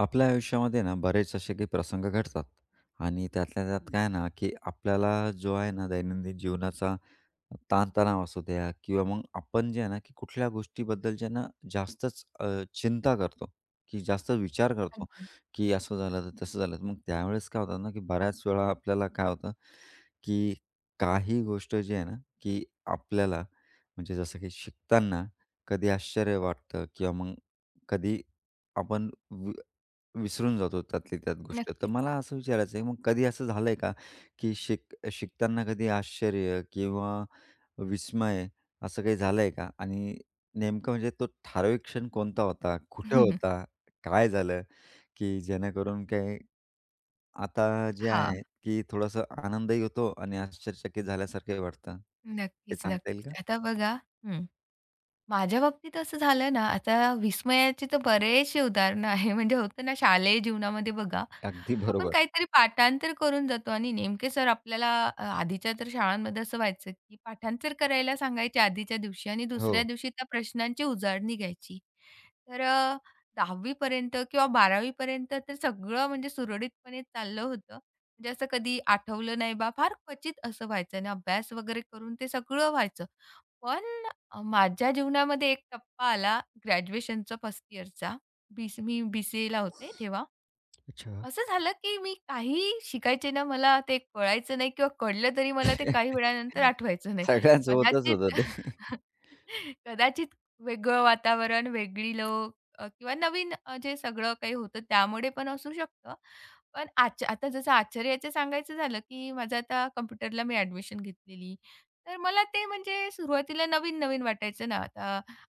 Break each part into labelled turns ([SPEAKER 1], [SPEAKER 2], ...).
[SPEAKER 1] आपल्या आयुष्यामध्ये ना बरेच असे काही प्रसंग घडतात आणि त्यातल्या त्यात काय ना, की आपल्याला जो आहे ना दैनंदिन जीवनाचा ताणतणाव असू द्या किंवा मग आपण जे आहे ना, की कुठल्या गोष्टीबद्दलच्या ना जास्तच चिंता करतो, की जास्त विचार करतो, की असं झालं तर तसं झालं. तर मग त्यावेळेस काय होतं ना, की बऱ्याच वेळा आपल्याला काय होतं, की काही गोष्ट जी आहे ना, की आपल्याला म्हणजे जसं की शिकताना कधी आश्चर्य वाटतं किंवा मग कधी आपण विसरून जातो त्यातली त्यात गोष्ट. तर
[SPEAKER 2] नक्कीच.
[SPEAKER 1] मला असं विचारायचं आहे, मग कधी असं झालंय का, की शिकताना कधी आश्चर्य किंवा विस्मय असं काही झालंय का? आणि नेमकं म्हणजे तो ठराविक क्षण कोणता होता? कुठं होता? काय झालं? की जेणेकरून काय आता जे
[SPEAKER 2] हां.
[SPEAKER 1] आहे, की थोडासा आनंदही होतो आणि आश्चर्यचकित झाल्यासारखंही वाटतं? ते
[SPEAKER 2] नक्कीच,
[SPEAKER 1] सांगता येईल
[SPEAKER 2] नक्कीच.
[SPEAKER 1] का?
[SPEAKER 2] आता बघा हं. माझ्या बाबतीत असं झालं ना, आता विस्मयाचे तर बरेचसे उदाहरणं आहे. म्हणजे होतं ना शालेय जीवनामध्ये बघा,
[SPEAKER 1] अगदी
[SPEAKER 2] आपण
[SPEAKER 1] बरोबर.
[SPEAKER 2] काहीतरी पाठांतर करून जातो आणि नेमके सर आपल्याला आधीच्या तर शाळांमध्ये असं व्हायचं, की पाठांतर करायला सांगायचे आधीच्या दिवशी आणि
[SPEAKER 1] हो.
[SPEAKER 2] दुसऱ्या दिवशी त्या प्रश्नांची उजळणी घ्यायची. तर 10वी पर्यंत किंवा 12वी पर्यंत तर सगळं म्हणजे सुरळीतपणे चाललं होतं. म्हणजे असं कधी आठवलं नाही बा, फार क्वचित असं व्हायचं आणि अभ्यास वगैरे करून ते सगळं व्हायचं. पण माझ्या जीवनामध्ये एक टप्पा आला ग्रॅज्युएशनचा फर्स्ट इयरचा. मी बी-सी-एला होते तेव्हा.
[SPEAKER 1] अच्छा.
[SPEAKER 2] असं झालं, की मी काहीही शिकायचे ना, मला ते कळायचं नाही किंवा कळलं तरी मला ते काही वेळानंतर आठवायचं नाही.
[SPEAKER 1] सगळ्यांसोबतच
[SPEAKER 2] कदाचित
[SPEAKER 1] होतं ते.
[SPEAKER 2] कदाचित वेगळं वातावरण, वेगळी लोक किंवा नवीन जे सगळं काही होतं त्यामुळे पण असू शकतं. पण आता जसं आश्चर्याचं सांगायचं झालं, की माझं आता कॉम्प्युटरला मी ॲडमिशन घेतलेली. तर मला ते म्हणजे सुरुवातीला नवीन-नवीन वाटायचं ना. आता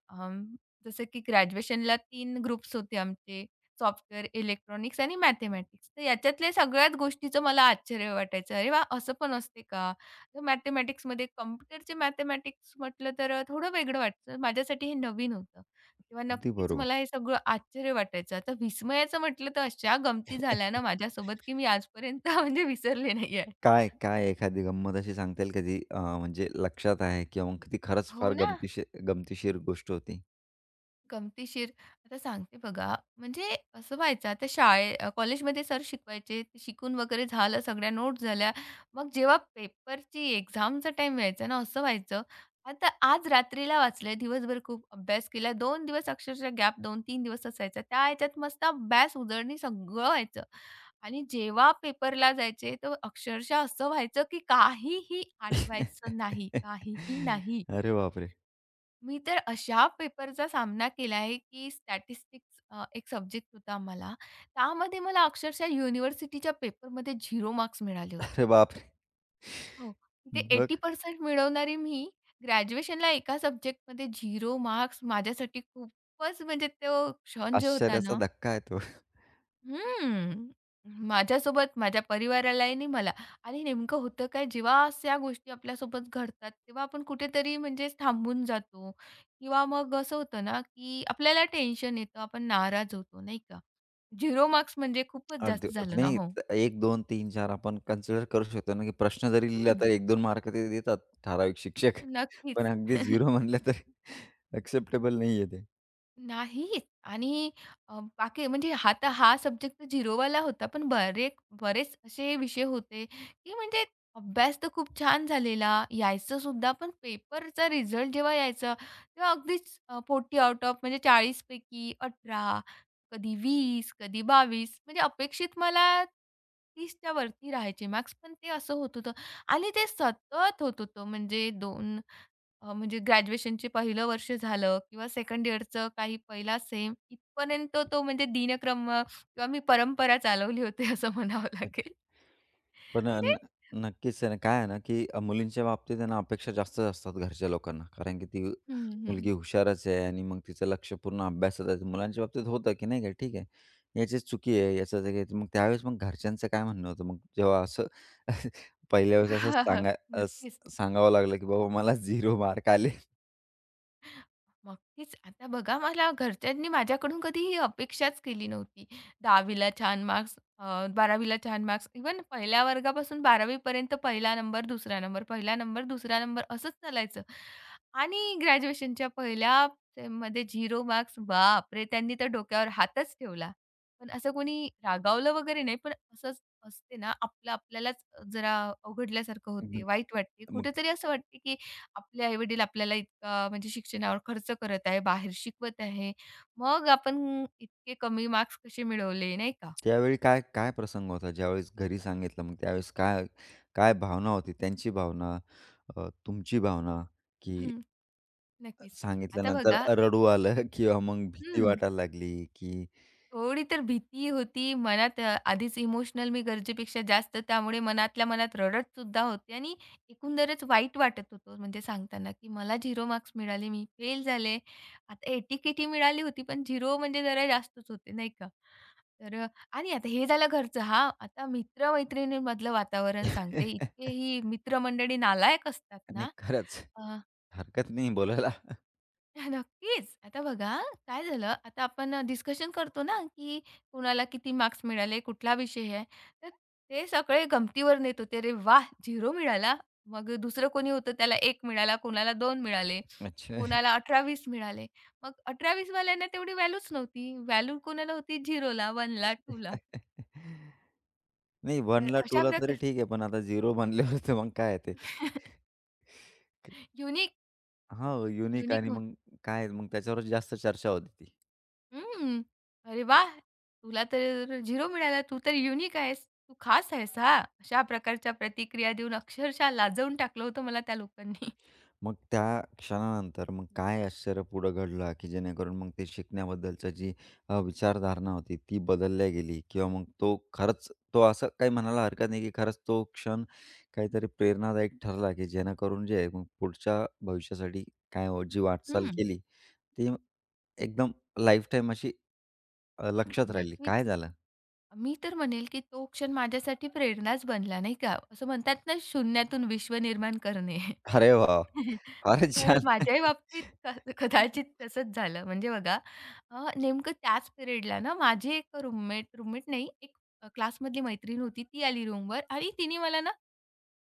[SPEAKER 2] अं, जसं की ग्रॅज्युएशनला 3 ग्रुप्स होते आमचे. सॉफ्टवेअर, इलेक्ट्रॉनिक्स आणि मॅथेमॅटिक्स. तर याच्यातल्या सगळ्याच गोष्टीचं मला आश्चर्य वाटायचं. अरे वाह! असं पण असते का? तर मॅथेमॅटिक्समध्ये कॉम्प्युटरचे मॅथेमॅटिक्स म्हटलं तर थोडं वेगळं वाटतं. माझ्यासाठी हे नवीन होतं. तेव्हा
[SPEAKER 1] अगदी
[SPEAKER 2] नक्कीच
[SPEAKER 1] बरोबर.
[SPEAKER 2] मला हे सगळं आश्चर्य वाटायचं. आता विस्मयाचं म्हटलं तर अशा गमती झाल्या ना माझ्यासोबत, की मी आजपर्यंत म्हणजे विसरले नाही आहे.
[SPEAKER 1] काय, काय एखादी गंमत अशी सांगता येईल का जी म्हणजे लक्षात आहे किंवा मग ती खरंच
[SPEAKER 2] हो
[SPEAKER 1] फार
[SPEAKER 2] ना.
[SPEAKER 1] गमतीशीर गमतीशीर गोष्ट होती?
[SPEAKER 2] गमतीशीर आता सांगते बघा, म्हणजे असं व्हायचं आता कॉलेजमध्ये सर शिकवायचे, ते शिकून वगैरे झालं, सगळ्या नोट झाल्या. मग जेव्हा पेपरची एक्झामचा टाईम व्हायचा ना, असं व्हायचं, आता आज रात्रीला वाचलंय, दिवसभर खूप अभ्यास केला. 2 दिवस अक्षरशः गॅप 2-3 दिवस असायचा. त्या ह्याच्यात मस्त अभ्यास, उजळणी सगळं व्हायचं आणि जेव्हा पेपरला जायचे, तर अक्षरशः असं व्हायचं, की काहीही आठवायचं नाही, काहीही नाही.
[SPEAKER 1] अरे बापरे!
[SPEAKER 2] मी तर अशा पेपरचा सामना केला आहे, की स्टॅटिस्टिक्स एक सब्जेक्ट होता आम्हाला. त्यामध्ये मला अक्षरशः युनिव्हर्सिटीच्या पेपरमध्ये 0 मार्क्स मिळाले
[SPEAKER 1] अरे
[SPEAKER 2] होते.
[SPEAKER 1] बापरे!
[SPEAKER 2] हो, ते
[SPEAKER 1] मग
[SPEAKER 2] 80% मिळवणारी मी ग्रॅज्युएशनला एका सब्जेक्टमध्ये 0 मार्क्स माझ्यासाठी खूपच म्हणजे तो क्षण जो होता
[SPEAKER 1] आश्चर्याचा
[SPEAKER 2] ना
[SPEAKER 1] धक्का आहे तो.
[SPEAKER 2] हम्म. माझ्यासोबत, माझ्या परिवारालाही आणि मला. आणि नेमकं होतं काय, जेव्हा अशा गोष्टी आपल्यासोबत घडतात, तेव्हा आपण कुठेतरी म्हणजे थांबून जातो किंवा मग असं होतं ना, की आपल्याला टेन्शन येतं, आपण नाराज होतो, नाही का? 0 मार्क्स म्हणजे खूपच जास्त झालं ना.
[SPEAKER 1] नाही,
[SPEAKER 2] हो.
[SPEAKER 1] एक दोन तीन 4 आपण कन्सिडर करू शकतो ना, की प्रश्न जरी लिहिला
[SPEAKER 2] हं.
[SPEAKER 1] तर एक दोन मार्क ते देतात ठराविक शिक्षक. पण
[SPEAKER 2] नक्कीच.
[SPEAKER 1] अगदी 0 म्हणलं तर एक्सेप्टेबल नाहीये ते.
[SPEAKER 2] नाहीच आणि बाकी म्हणजे आता हा सब्जेक्ट तर झिरोवाला होता, पण बरेच असे विषय होते, की म्हणजे अभ्यास तर खूप छान झालेला, यायचं सुद्धा, पण पेपरचा रिझल्ट जेव्हा यायचा, तेव्हा अगदीच आउट ऑफ म्हणजे 40 पैकी 18, कधी वीस कधी 22 म्हणजे अपेक्षित मला 30च्या वरती राहायचे मार्क्स, पण ते असं होत होतं आणि ते सतत होत होतं. म्हणजे 2 म्हणजे ग्रॅज्युएशनचे पहिलं वर्ष झालं किंवा सेकंड इयरचं काही पहिला सेम इथपर्यंत तो म्हणजे दिनक्रम किंवा मी परंपरा चालवली होती असं म्हणावं लागेल.
[SPEAKER 1] पण अ,
[SPEAKER 2] म्हणजे
[SPEAKER 1] न नक्कीच आहे ना, काय आहे ना, की मुलींच्या बाबतीत आहे ना, अपेक्षा जास्तच असतात घरच्या लोकांना. कारण की ती
[SPEAKER 2] हं, हं.
[SPEAKER 1] मुलगी हुशारच आहे आणि मग तिचं लक्ष पूर्ण अभ्यासात आहे. मुलांच्या बाबतीत होतं, की नाही का, ठीक आहे, याचीच चुकी आहे, याचं ते काय ते- मग त्यावेळेस मग घरच्यांचं काय म्हणणं होतं मग जेव्हा असं पहिल्या वेळेस असं सांगा अस
[SPEAKER 2] नक्कीच.
[SPEAKER 1] सांगावं लागलं, की बाबा मला 0 मार्क आले.
[SPEAKER 2] नक्कीच. आता बघा मला घरच्यांनी माझ्याकडून कधी ही अपेक्षाच केली नव्हती. 10वीला छान मार्क्स, 12वीला छान मार्क्स, इव्हन पहिल्या वर्गापासून 12वी पहिला नंबर, दुसरा नंबर, पहिला नंबर, दुसरा नंबर असंच चालायचं. आणि ग्रॅज्युएशनच्या पहिल्या सेममध्ये 0 मार्क्स. बापरे! त्यांनी तर डोक्यावर हातच ठेवला. पण असं कोणी रागावलं वगैरे नाही, पण असंच असते ना, आपलं आपल्यालाच जरा अवघडल्यासारखं होते,
[SPEAKER 1] मग
[SPEAKER 2] वाईट वाटते.
[SPEAKER 1] मग
[SPEAKER 2] कुठेतरी असं वाटते, की आपले आई-वडील आपल्याला इतका म्हणजे शिक्षणावर खर्च करत आहे, बाहेर शिकवत आहे. मग आपण इतके कमी मार्क्स कसे मिळवले, नाही का?
[SPEAKER 1] त्यावेळी काय काय प्रसंग होता? ज्यावेळेस घरी सांगितलं, मग त्यावेळेस काय काय भावना होती? त्यांची भावना, तुमची भावना, की
[SPEAKER 2] हं, नक्कीच. आता
[SPEAKER 1] सांगितल्यानंतर
[SPEAKER 2] बघा
[SPEAKER 1] रडू आलं किंवा मग भीती
[SPEAKER 2] हं.
[SPEAKER 1] वाटायला लागली, की
[SPEAKER 2] थोडी तर भीती होती. मनात आधीच इमोशनल मी गरजेपेक्षा जास्त त्यामुळे मनातल्या मनात रड़त रडतसुद्धा होते आणि एकंदरच वाईट वाटत होतं म्हणजे सांगताना, की मला 0 मार्क्स मिळाले, मी फेल झाले. आता 80-80 मिळाली होती, पण 0 म्हणजे जरा जास्तच होते, नाही का? तर आणि आता हे झालं घरचं. हां, आता मित्र वातावरण सांगते. इतकेही मित्रमंडळी नालायक असतात
[SPEAKER 1] आणि
[SPEAKER 2] ना,
[SPEAKER 1] खरंच हरकत नाही बोलायला.
[SPEAKER 2] नक्कीच. आता बघा, काय झालं, आता आपण डिस्कशन करतो ना, की कुणाला किती मार्क्स मिळाले, कुठला विषय आहे. तर ते सगळे गमतीवर नेत होते. "अरे वाह! 0 मिळाला." मग दुसरं कोणी होतं त्याला 1 मिळाला, कोणाला 2 मिळाले,
[SPEAKER 1] अच्छा.
[SPEAKER 2] कोणाला 18-20 मिळाले. मग 18-20 वाल्यांना तेवढी व्हॅल्यूच नव्हती. व्हॅल्यू कोणाला होती 0ला, 1ला, 2ला.
[SPEAKER 1] नाही,
[SPEAKER 2] तर
[SPEAKER 1] 1ला
[SPEAKER 2] अशा
[SPEAKER 1] टूला तरी
[SPEAKER 2] प्रकार
[SPEAKER 1] ठीक आहे, पण आता 0 बनल्यावर तर मग काय आहे ते?
[SPEAKER 2] युनिक
[SPEAKER 1] हो, युनिक आणि
[SPEAKER 2] युनिक
[SPEAKER 1] मग काय मग त्याच्यावरच जास्त चर्चा होती ती.
[SPEAKER 2] हं. अरे वाह! तुला तर 0 मिळाला. तू तर युनिक आहेस. तू खास आहेस हां. अशा प्रकारच्या प्रतिक्रिया देऊन अक्षरशः लाजवून टाकलं होतं मला त्या लोकांनी.
[SPEAKER 1] मग त्या क्षणानंतर मग काय आश्चर्य पुढं घडलं, की जेणेकरून मग ते शिकण्याबद्दलची जी विचारधारणा होती ती बदलल्या गेली किंवा मग तो खरंच तो असं काही म्हणायला हरकत नाही, की खरंच तो क्षण काहीतरी प्रेरणादायक ठरला, की जेणेकरून जे आहे मग पुढच्या भविष्यासाठी काय हो जी वाटचाल
[SPEAKER 2] हं.
[SPEAKER 1] केली, ती एकदम लाईफटाईम अशी लक्षात राहिली. काय
[SPEAKER 2] नक्कीच.
[SPEAKER 1] झालं?
[SPEAKER 2] मी तर म्हणेल, की तो क्षण माझ्यासाठी प्रेरणाच बनला नाही का. असं म्हणतात ना, शून्यातून विश्व निर्माण करणे.
[SPEAKER 1] अरे वाह! फारच
[SPEAKER 2] तर
[SPEAKER 1] छान.
[SPEAKER 2] माझ्याही बाबतीत कदाचित तसंच झालं. म्हणजे बघा नेमकं त्याच पिरियडला ना माझी एक रूममेट रूममेट नाही, एक क्लासमधली मैत्रीण होती. ती आली रूमवर आणि तिने मला ना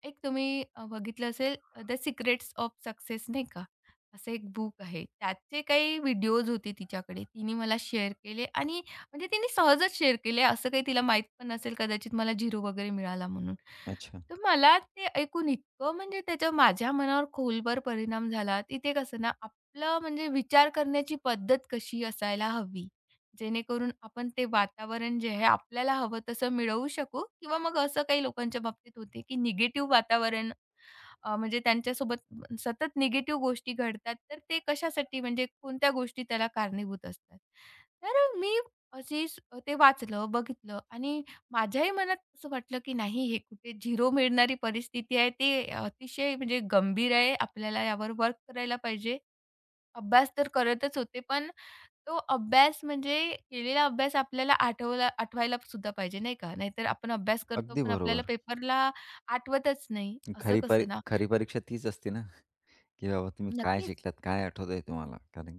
[SPEAKER 2] एक तुम्ही बघितलं असेल द सिक्रेट्स ऑफ सक्सेस नाही का? असं एक बुक आहे. त्याचे काही व्हिडिओज होते तिच्याकडे. तिने मला शेअर केले आणि म्हणजे तिने सहजच शेअर केले. असं काही तिला माहीत पण नसेल कदाचित मला 0 वगैरे मिळाला म्हणून.
[SPEAKER 1] अच्छा.
[SPEAKER 2] तर मला ते ऐकून इतकं म्हणजे त्याचा माझ्या मनावर खोलवर परिणाम झाला. तिथे कसं ना आपलं म्हणजे विचार करण्याची पद्धत कशी असायला हवी जेणेकरून आपण ते वातावरण जे आहे आपल्याला हवं तसं मिळवू शकू किंवा मग असं काही लोकांच्या बाबतीत होते, की निगेटिव्ह वातावरण म्हणजे त्यांच्यासोबत सतत निगेटिव्ह गोष्टी घडतात, तर ते कशासाठी म्हणजे कोणत्या गोष्टी त्याला कारणीभूत असतात. तर मी अशी स- ते वाचलं, बघितलं आणि माझ्याही मनात असं वाटलं, की नाही हे कुठे झिरो मिळणारी परिस्थिती आहे. ते अतिशय म्हणजे गंभीर आहे. आपल्याला यावर वर्क करायला पाहिजे. अभ्यास तर करतच होते, पण तो अभ्यास म्हणजे केलेला अभ्यास आपल्याला आठवायला सुद्धा पाहिजे, नाही का? नाहीतर आपण अभ्यास करतो,
[SPEAKER 1] अगदी
[SPEAKER 2] पण आपल्याला
[SPEAKER 1] बरोबर.
[SPEAKER 2] पेपरला आठवतच नाही. असं कसं ना?
[SPEAKER 1] खरी परीक्षा तीच असते ना. की बाबा तुम्ही काय
[SPEAKER 2] नक्कीच.
[SPEAKER 1] शिकलात? काय आठवतंय तुम्हाला? कारण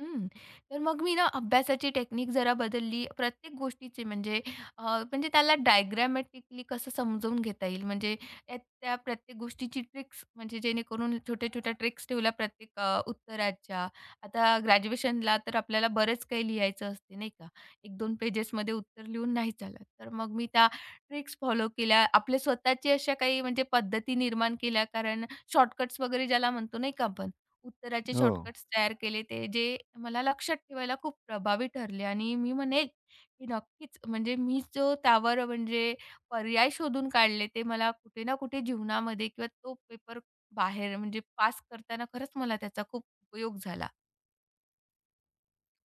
[SPEAKER 2] हं. तर मग मी ना अभ्यासाची टेक्निक जरा बदलली. प्रत्येक गोष्टीची म्हणजे अ, म्हणजे त्याला डायग्रामॅटिकली कसं समजावून घेता येईल, म्हणजे त्या त्या प्रत्येक गोष्टीची ट्रिक्स म्हणजे जेणेकरून छोट्या-छोट्या ट्रिक्स ठेवल्या प्रत्येक उत्तराच्या. आता ग्रॅज्युएशनला तर आपल्याला बरंच काही लिहायचं असते नाही का? 1-2 पेजेसमध्ये उत्तर लिहून नाही चालत. तर मग मी त्या ट्रिक्स फॉलो केल्या. आपल्या स्वतःची अशा काही म्हणजे पद्धती निर्माण केल्या कारण शॉर्टकट्स वगैरे ज्याला म्हणतो नाही का आपण? उत्तराचे
[SPEAKER 1] हो,
[SPEAKER 2] शॉर्टकट्स तयार केले ते, जे मला लक्षात ठेवायला खूप प्रभावी ठरले आणि मी म्हणेल, की नक्कीच म्हणजे मी जो त्यावर म्हणजे पर्याय शोधून काढले, ते मला कुठे ना कुठे जीवनामध्ये किंवा तो पेपर बाहेर म्हणजे पास करताना खरंच मला त्याचा खूप उपयोग झाला.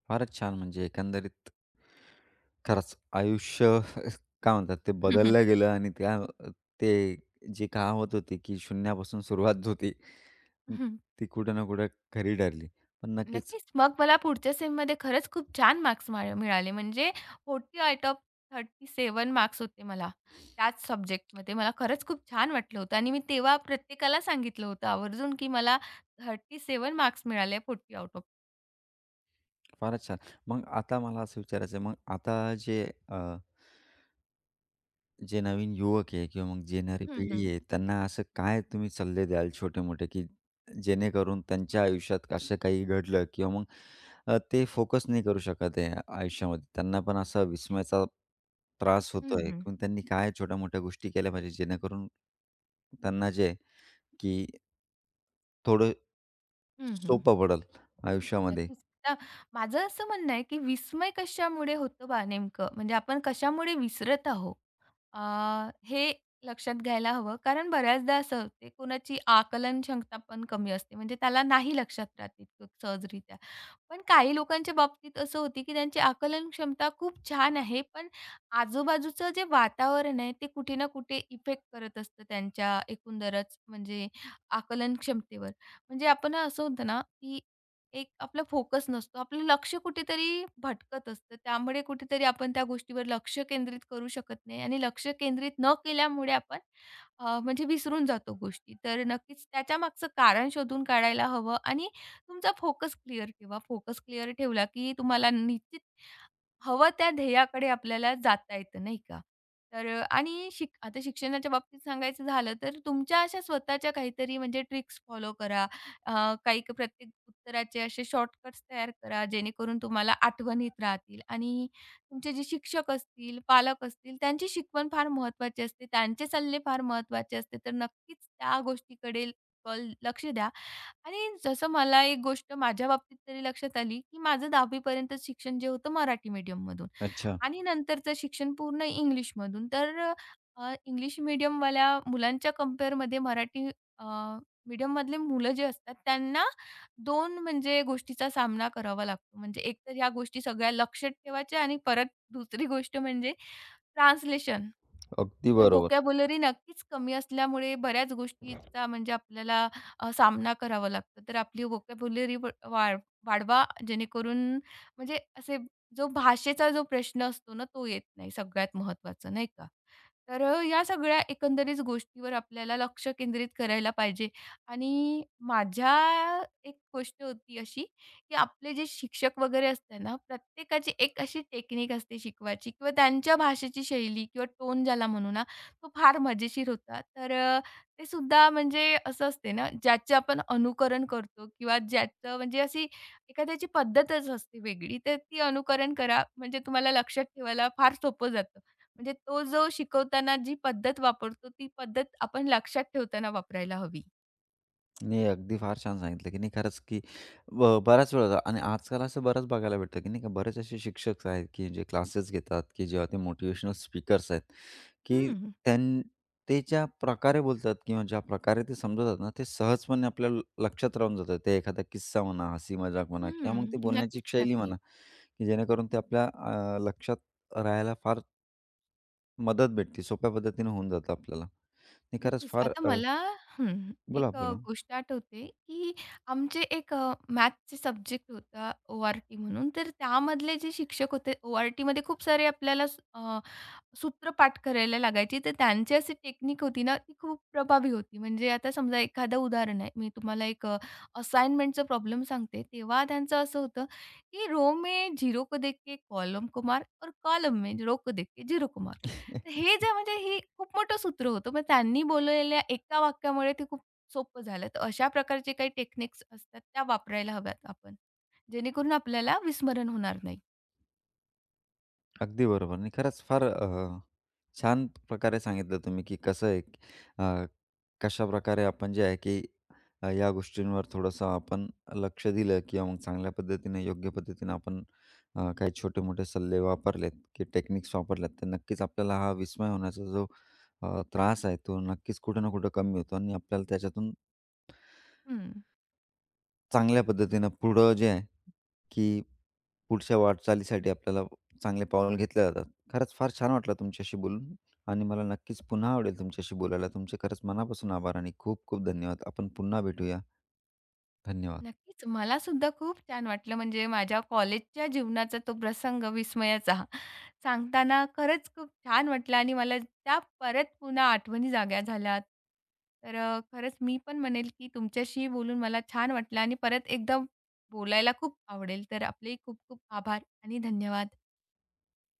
[SPEAKER 1] फारच छान. म्हणजे एकंदरीत खरंच आयुष्य काय म्हणतात ते बदललं गेलं आणि त्या अ, ते जी कहावत होती की शून्यापासून सुरुवात होती, ती कुठं ना कुठं खरी ठरली. पण नक्कीच
[SPEAKER 2] नक्कीच. मग मला पुढच्या सेममध्ये खरंच खूप छान मार्क्स मिळाले. म्हणजे 40 आउट ऑफ 37 मार्क्स होते मला त्याच सब्जेक्टमध्ये. मला खरंच खूप छान वाटलं होतं आणि मी तेव्हा प्रत्येकाला सांगितलं होतं आवर्जून, की मला 37 मार्क्स मिळाले 40 आउट ऑफ
[SPEAKER 1] फारच छान. मग आता मला असं विचारायचं आहे, मग आता जे नवीन युवक आहे किंवा मग जे येणारी
[SPEAKER 2] हं,
[SPEAKER 1] पिढी
[SPEAKER 2] हं.
[SPEAKER 1] आहे, त्यांना असं काय तुम्ही सल्ले द्याल छोटे-मोठे की जेणेकरून त्यांच्या आयुष्यात असं काही घडलं किंवा मग ते फोकस नाही करू शकत आहे आयुष्यामध्ये. त्यांना पण असा विस्मयाचा त्रास
[SPEAKER 2] हं,
[SPEAKER 1] होतोय,
[SPEAKER 2] हं.
[SPEAKER 1] पण त्यांनी काय छोट्या-मोठ्या गोष्टी केल्या पाहिजे, जेणेकरून त्यांना जे आहे, की थोडं
[SPEAKER 2] हं, हं.
[SPEAKER 1] सोपं पडेल आयुष्यामध्ये.
[SPEAKER 2] नक्कीच. आता माझं असं म्हणणं आहे, की विस्मय कशामुळे होतं बा नेमकं? म्हणजे आपण कशामुळे विसरत आहोत? हे लक्षात घ्यायला हवं. कारण बऱ्याचदा असं होते, कुणाची आकलन क्षमता पण कमी असते. म्हणजे त्याला नाही लक्षात राहत इतकं सहजरित्या. पण काही लोकांच्या बाबतीत असं होते, की त्यांची आकलन क्षमता खूप छान आहे, पण आजूबाजूचं जे वातावरण आहे, ते कुठे ना कुठे इफेक्ट करत असतं त्यांच्या एकंदरच म्हणजे आकलन क्षमतेवर. म्हणजे आपण असं होतं ना, की एक आपला फोकस नसतो. आपलं लक्ष कुठेतरी भटकत असतं. त्यामुळे कुठेतरी आपण त्या गोष्टीवर लक्ष केंद्रित करू शकत नाही आणि लक्ष केंद्रित न केल्यामुळे आपण म्हणजे विसरून जातो गोष्टी. तर नक्कीच त्याच्यामागचं कारण शोधून काढायला हवं आणि तुमचा फोकस क्लिअर ठेवा. फोकस क्लिअर ठेवला की तुम्हाला निश्चित हवं त्या ध्येयाकडे आपल्याला जाता येतं, नाही का? तर आणि आता शिक्षणाच्या बाबतीत सांगायचं झालं तर तुमच्या अशा स्वतःच्या काहीतरी म्हणजे ट्रिक्स फॉलो करा. अ, काही प्रत्येक उत्तराचे असे शॉर्टकट्स तयार करा, जेणेकरून तुम्हाला आठवणीत राहतील आणि तुमचे जे शिक्षक असतील, पालक असतील, त्यांची शिकवण फार महत्त्वाची असते. त्यांचे सल्ले फार महत्त्वाचे असते. तर नक्कीच त्या गोष्टीकडे लक्ष द्या आणि जसं मला एक गोष्ट माझ्या बाबतीत तरी लक्षात आली, की माझं 10वी पर्यंत शिक्षण जे होतं मराठी मीडियममधून
[SPEAKER 1] अच्छा.
[SPEAKER 2] आणि नंतरचं शिक्षण पूर्ण इंग्लिशमधून. तर इंग्लिश मीडियमवाल्या मुलांच्या कंपेअरमध्ये मराठी अ, मीडियममधले मुलं जे असतात त्यांना 2 म्हणजे गोष्टीचा सामना करावा लागतो. म्हणजे एक तर ह्या गोष्टी सगळ्या लक्षात ठेवायच्या आणि परत दुसरी गोष्ट म्हणजे ट्रान्सलेशन.
[SPEAKER 1] अगदी
[SPEAKER 2] तर
[SPEAKER 1] बरोबर.
[SPEAKER 2] व्होकॅब्युलरी नक्कीच कमी असल्यामुळे बऱ्याच गोष्टीचा म्हणजे आपल्याला सामना करावा लागतो. तर आपली व्होकॅब्युलरी व वाढ वाढवा जेणेकरून म्हणजे असे जो भाषेचा जो प्रश्न असतो ना, तो येत नाही सगळ्यात महत्त्वाचं नाही का? तर या सगळ्या एकंदरीत गोष्टीवर आपल्याला लक्ष केंद्रित करायला पाहिजे आणि माझ्या एक गोष्ट होती अशी की आपले जे शिक्षक वगैरे असते ना, प्रत्येकाची एक अशी टेक्निक असते शिकवायची किंवा त्यांच्या भाषेची शैली किंवा टोन ज्याला म्हणू ना, तो फार मजेशीर होता. तर ते सुद्धा म्हणजे असं असते ना, ज्याचे आपण अनुकरण करतो किंवा ज्याचं म्हणजे अशी एखाद्याची पद्धतच असते वेगळी, तर ती अनुकरण करा म्हणजे तुम्हाला लक्षात ठेवायला फार सोपं जातं. म्हणजे तो जो शिकवताना जी पद्धत वापरतो, ती पद्धत आपण लक्षात ठेवताना वापरायला हवी.
[SPEAKER 1] नाही, अगदी फार छान सांगितलं, की नाही खरंच, की बऱ्याच वेळा आणि आजकाल असं बरंच बघायला भेटतं, की नाही का बरेच असे शिक्षक आहेत, की जे क्लासेस घेतात, की जेव्हा ते मोटिव्हेशनल स्पीकर्स आहेत, की
[SPEAKER 2] हं,
[SPEAKER 1] त्यां ते ज्या प्रकारे बोलतात किंवा ज्या प्रकारे ते समजवतात ना, ते सहजपणे आपल्या लक्षात राहून जातं. ते एखादा किस्सा म्हणा, हसी-मजाक म्हणा किंवा मग ते
[SPEAKER 2] हं.
[SPEAKER 1] बोलण्याची
[SPEAKER 2] नक्कीच,
[SPEAKER 1] शैली
[SPEAKER 2] नक्की.
[SPEAKER 1] म्हणा, की जेणेकरून ते आपल्या लक्षात राहायला फार मदत भेटते. सोप्या पद्धतीने होऊन जातं आपल्याला. नाही खरंच
[SPEAKER 2] नक्कीच.
[SPEAKER 1] फार
[SPEAKER 2] आता
[SPEAKER 1] अ,
[SPEAKER 2] मला हं,
[SPEAKER 1] बोला,
[SPEAKER 2] एक
[SPEAKER 1] बोला.
[SPEAKER 2] गोष्ट आठवते, की आमचे एक मॅथ्सचे सब्जेक्ट होता ओ-आर-टी म्हणून. तर त्यामधले जे शिक्षक होते, ओ-आर-टीमध्ये खूप सारे आपल्याला सूत्रपाठ करायला लागायची, तर त्यांची अशी टेक्निक होती ना, ती खूप प्रभावी होती. म्हणजे आता समजा एखादं उदाहरण आहे. मी तुम्हाला एक असाइनमेंटचा प्रॉब्लेम सांगते. तेव्हा त्यांचं असं होतं, की रो में जीरो को देख के कॉलम को मार और कॉलम में रो को देख के जीरो को मार. तर हे जे म्हणजे हे खूप मोठं सूत्र होतं. मग त्यांनी बोललेल्या एका वाक्यामुळे ते खूप सोपं झालं. तर अशा प्रकारचे काही टेक्निक्स असतात, त्या वापरायला हव्यात आपण. जेणेकरून आपल्याला विस्मरण होणार नाही.
[SPEAKER 1] अगदी बरोबर. आणि खरंच फार छान प्रकारे सांगितलं तुम्ही, की कसं आहे अ, कशाप्रकारे आपण जे आहे, की या गोष्टींवर थोडंसं आपण लक्ष दिलं किंवा मग चांगल्या पद्धतीने, योग्य पद्धतीने आपण काही छोटे-मोठे सल्ले वापरलेत, की टेक्निक्स वापरल्यात, तर नक्कीच आपल्याला हा विस्मय होण्याचा जो त्रास आहे, तो नक्कीच कुठे ना कुठे कमी होतो आणि आपल्याला त्याच्यातून
[SPEAKER 2] हं.
[SPEAKER 1] चांगल्या पद्धतीनं पुढं जे आहे, की पुढच्या वाटचालीसाठी आपल्याला चांगले पाऊल घेतले जातात. खरंच फार छान वाटलं तुमच्याशी बोलून आणि मला नक्कीच पुन्हा आवडेल तुमच्याशी बोलायला. तुमचे खरंच मनापासून आभार आणि खूप खूप धन्यवाद. आपण पुन्हा भेटूया. धन्यवाद.
[SPEAKER 2] नक्कीच. मला सुद्धा खूप छान वाटलं म्हणजे माझ्या कॉलेजच्या जीवनाचा तो प्रसंग विस्मयाचा सांगताना खरंच खूप छान वाटलं आणि मला त्या परत पुन्हा आठवणी जाग्या झाल्यात. तर खरंच मी पण म्हणेल की तुमच्याशी बोलून मला छान वाटलं आणि परत एकदा बोलायला खूप आवडेल. तर आपले खूप खूप आभार आणि धन्यवाद.